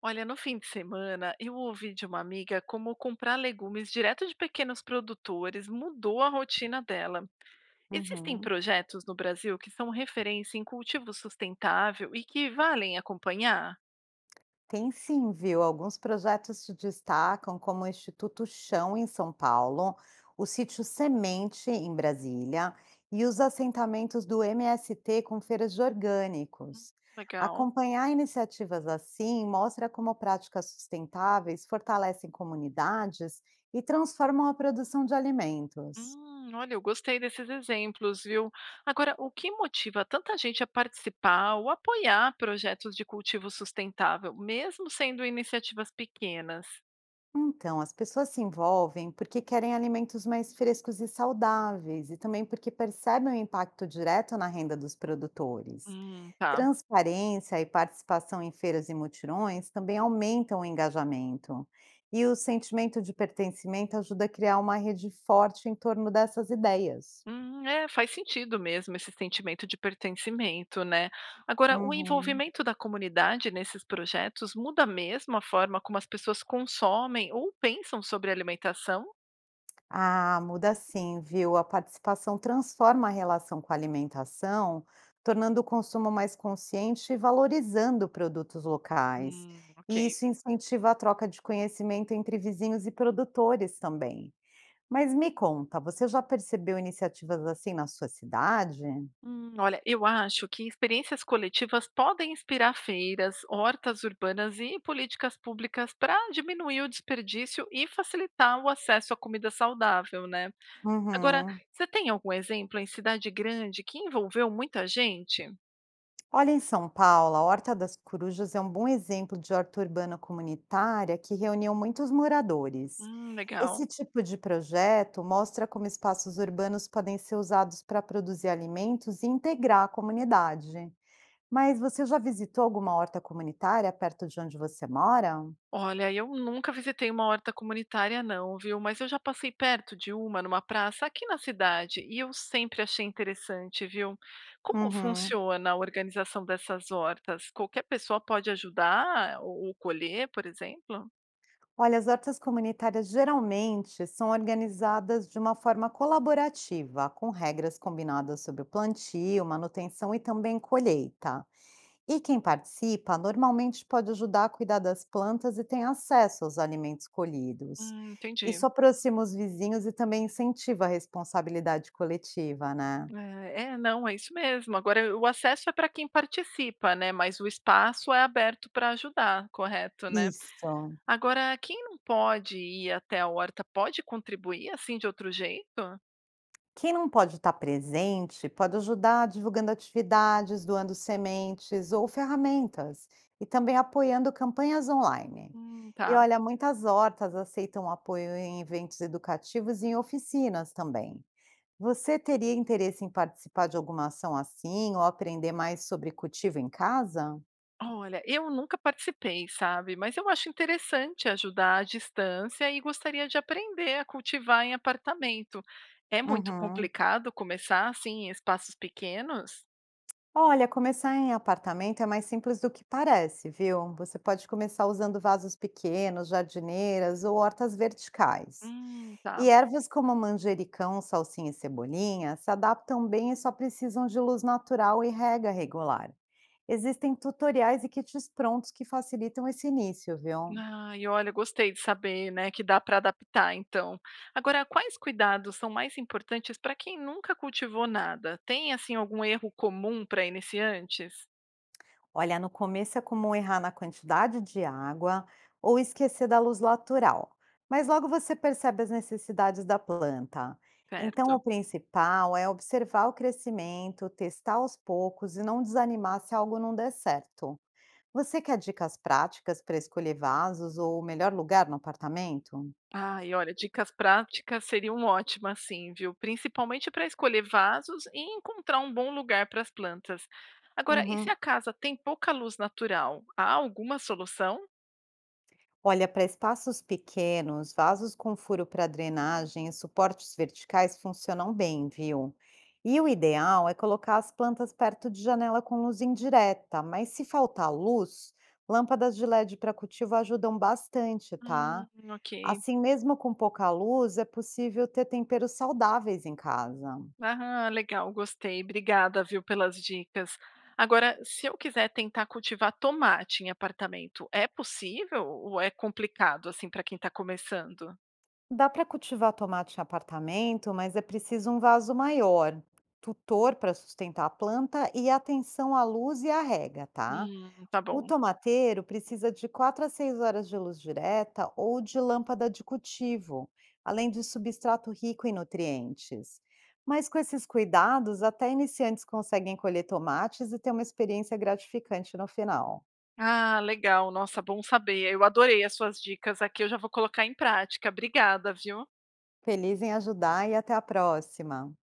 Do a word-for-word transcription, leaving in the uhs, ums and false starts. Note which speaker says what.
Speaker 1: Olha, no fim de semana, eu ouvi de uma amiga como comprar legumes direto de pequenos produtores mudou a rotina dela. Existem
Speaker 2: Uhum.
Speaker 1: projetos no Brasil que são referência em cultivo sustentável e que valem acompanhar?
Speaker 2: Tem sim, viu? Alguns projetos se destacam, como o Instituto Chão, em São Paulo, o Sítio Semente, em Brasília, e os assentamentos do M S T com feiras de
Speaker 1: Hum.
Speaker 2: orgânicos.
Speaker 1: Legal.
Speaker 2: Acompanhar iniciativas assim mostra como práticas sustentáveis fortalecem comunidades e transformam a produção de alimentos.
Speaker 1: Hum, olha, eu gostei desses exemplos, viu? Agora, o que motiva tanta gente a participar ou apoiar projetos de cultivo sustentável, mesmo sendo iniciativas pequenas?
Speaker 2: Então, as pessoas se envolvem porque querem alimentos mais frescos e saudáveis, e também porque percebem o impacto direto na renda dos produtores.
Speaker 1: Hum, tá.
Speaker 2: Transparência e participação em feiras e mutirões também aumentam o engajamento. E o sentimento de pertencimento ajuda a criar uma rede forte em torno dessas ideias.
Speaker 1: Hum, é, faz sentido mesmo esse sentimento de pertencimento, né? Agora, o
Speaker 2: Uhum.
Speaker 1: envolvimento da comunidade nesses projetos muda mesmo a forma como as pessoas consomem ou pensam sobre alimentação?
Speaker 2: Ah, muda sim, viu? A participação transforma a relação com a alimentação, tornando o consumo mais consciente e valorizando produtos locais.
Speaker 1: Hum, ok.
Speaker 2: E isso incentiva a troca de conhecimento entre vizinhos e produtores também. Mas me conta, você já percebeu iniciativas assim na sua cidade?
Speaker 1: Hum, olha, eu acho que experiências coletivas podem inspirar feiras, hortas urbanas e políticas públicas para diminuir o desperdício e facilitar o acesso à comida saudável, né? Agora,
Speaker 2: Uhum.
Speaker 1: você tem algum exemplo em cidade grande que envolveu muita gente?
Speaker 2: Olha, em São Paulo, a Horta das Corujas é um bom exemplo de horta urbana comunitária que reuniu muitos moradores.
Speaker 1: Hum, legal.
Speaker 2: Esse tipo de projeto mostra como espaços urbanos podem ser usados para produzir alimentos e integrar a comunidade. Mas você já visitou alguma horta comunitária perto de onde você mora?
Speaker 1: Olha, eu nunca visitei uma horta comunitária não, viu? Mas eu já passei perto de uma numa praça aqui na cidade e eu sempre achei interessante, viu? Como
Speaker 2: Uhum.
Speaker 1: funciona a organização dessas hortas? Qualquer pessoa pode ajudar ou ou colher, por exemplo?
Speaker 2: Olha, as hortas comunitárias geralmente são organizadas de uma forma colaborativa, com regras combinadas sobre o plantio, manutenção e também colheita. E quem participa normalmente pode ajudar a cuidar das plantas e tem acesso aos alimentos colhidos.
Speaker 1: Hum, entendi.
Speaker 2: Isso aproxima os vizinhos e também incentiva a responsabilidade coletiva, né?
Speaker 1: É, é, não, é isso mesmo. Agora, o acesso é para quem participa, né? Mas o espaço é aberto para ajudar, correto, né?
Speaker 2: Isso.
Speaker 1: Agora, quem não pode ir até a horta, pode contribuir, assim, de outro jeito?
Speaker 2: Quem não pode estar presente pode ajudar divulgando atividades, doando sementes ou ferramentas e também apoiando campanhas online.
Speaker 1: Hum,
Speaker 2: E
Speaker 1: tá.
Speaker 2: olha, muitas hortas aceitam apoio em eventos educativos e em oficinas também. Você teria interesse em participar de alguma ação assim ou aprender mais sobre cultivo em casa?
Speaker 1: Olha, eu nunca participei, sabe? Mas eu acho interessante ajudar à distância e gostaria de aprender a cultivar em apartamento. É muito
Speaker 2: Uhum.
Speaker 1: complicado começar assim em espaços pequenos?
Speaker 2: Olha, começar em apartamento é mais simples do que parece, viu? Você pode começar usando vasos pequenos, jardineiras ou hortas verticais.
Speaker 1: Hum, tá.
Speaker 2: E ervas como manjericão, salsinha e cebolinha se adaptam bem e só precisam de luz natural e rega regular. Existem tutoriais e kits prontos que facilitam esse início, viu?
Speaker 1: Ai, olha, gostei de saber, né, que dá para adaptar, então. Agora, quais cuidados são mais importantes para quem nunca cultivou nada? Tem, assim, algum erro comum para iniciantes?
Speaker 2: Olha, no começo é comum errar na quantidade de água ou esquecer da luz natural, mas logo você percebe as necessidades da planta. Então,
Speaker 1: Certo.
Speaker 2: o principal é observar o crescimento, testar aos poucos e não desanimar se algo não der certo. Você quer dicas práticas para escolher vasos ou o melhor lugar no apartamento?
Speaker 1: Ai, olha, dicas práticas seriam ótimas, sim, viu? Principalmente para escolher vasos e encontrar um bom lugar para as plantas. Agora, e se
Speaker 2: Uhum.
Speaker 1: a casa tem pouca luz natural? Há alguma solução?
Speaker 2: Olha, para espaços pequenos, vasos com furo para drenagem e suportes verticais funcionam bem, viu? E o ideal é colocar as plantas perto de janela com luz indireta, mas se faltar luz, lâmpadas de L E D para cultivo ajudam bastante,
Speaker 1: Hum,
Speaker 2: tá?
Speaker 1: ok.
Speaker 2: Assim, mesmo com pouca luz, é possível ter temperos saudáveis em casa.
Speaker 1: Ah, legal, gostei. Obrigada, viu, pelas dicas. Agora, se eu quiser tentar cultivar tomate em apartamento, é possível ou é complicado assim para quem está começando?
Speaker 2: Dá para cultivar tomate em apartamento, mas é preciso um vaso maior, tutor para sustentar a planta e atenção à luz e à rega, tá?
Speaker 1: Hum, tá
Speaker 2: O
Speaker 1: bom.
Speaker 2: tomateiro precisa de quatro a seis horas de luz direta ou de lâmpada de cultivo, além de substrato rico em nutrientes. Mas com esses cuidados, até iniciantes conseguem colher tomates e ter uma experiência gratificante no final.
Speaker 1: Ah, legal. Nossa, bom saber. Eu adorei as suas dicas aqui. Eu já vou colocar em prática. Obrigada, viu?
Speaker 2: Feliz em ajudar e até a próxima!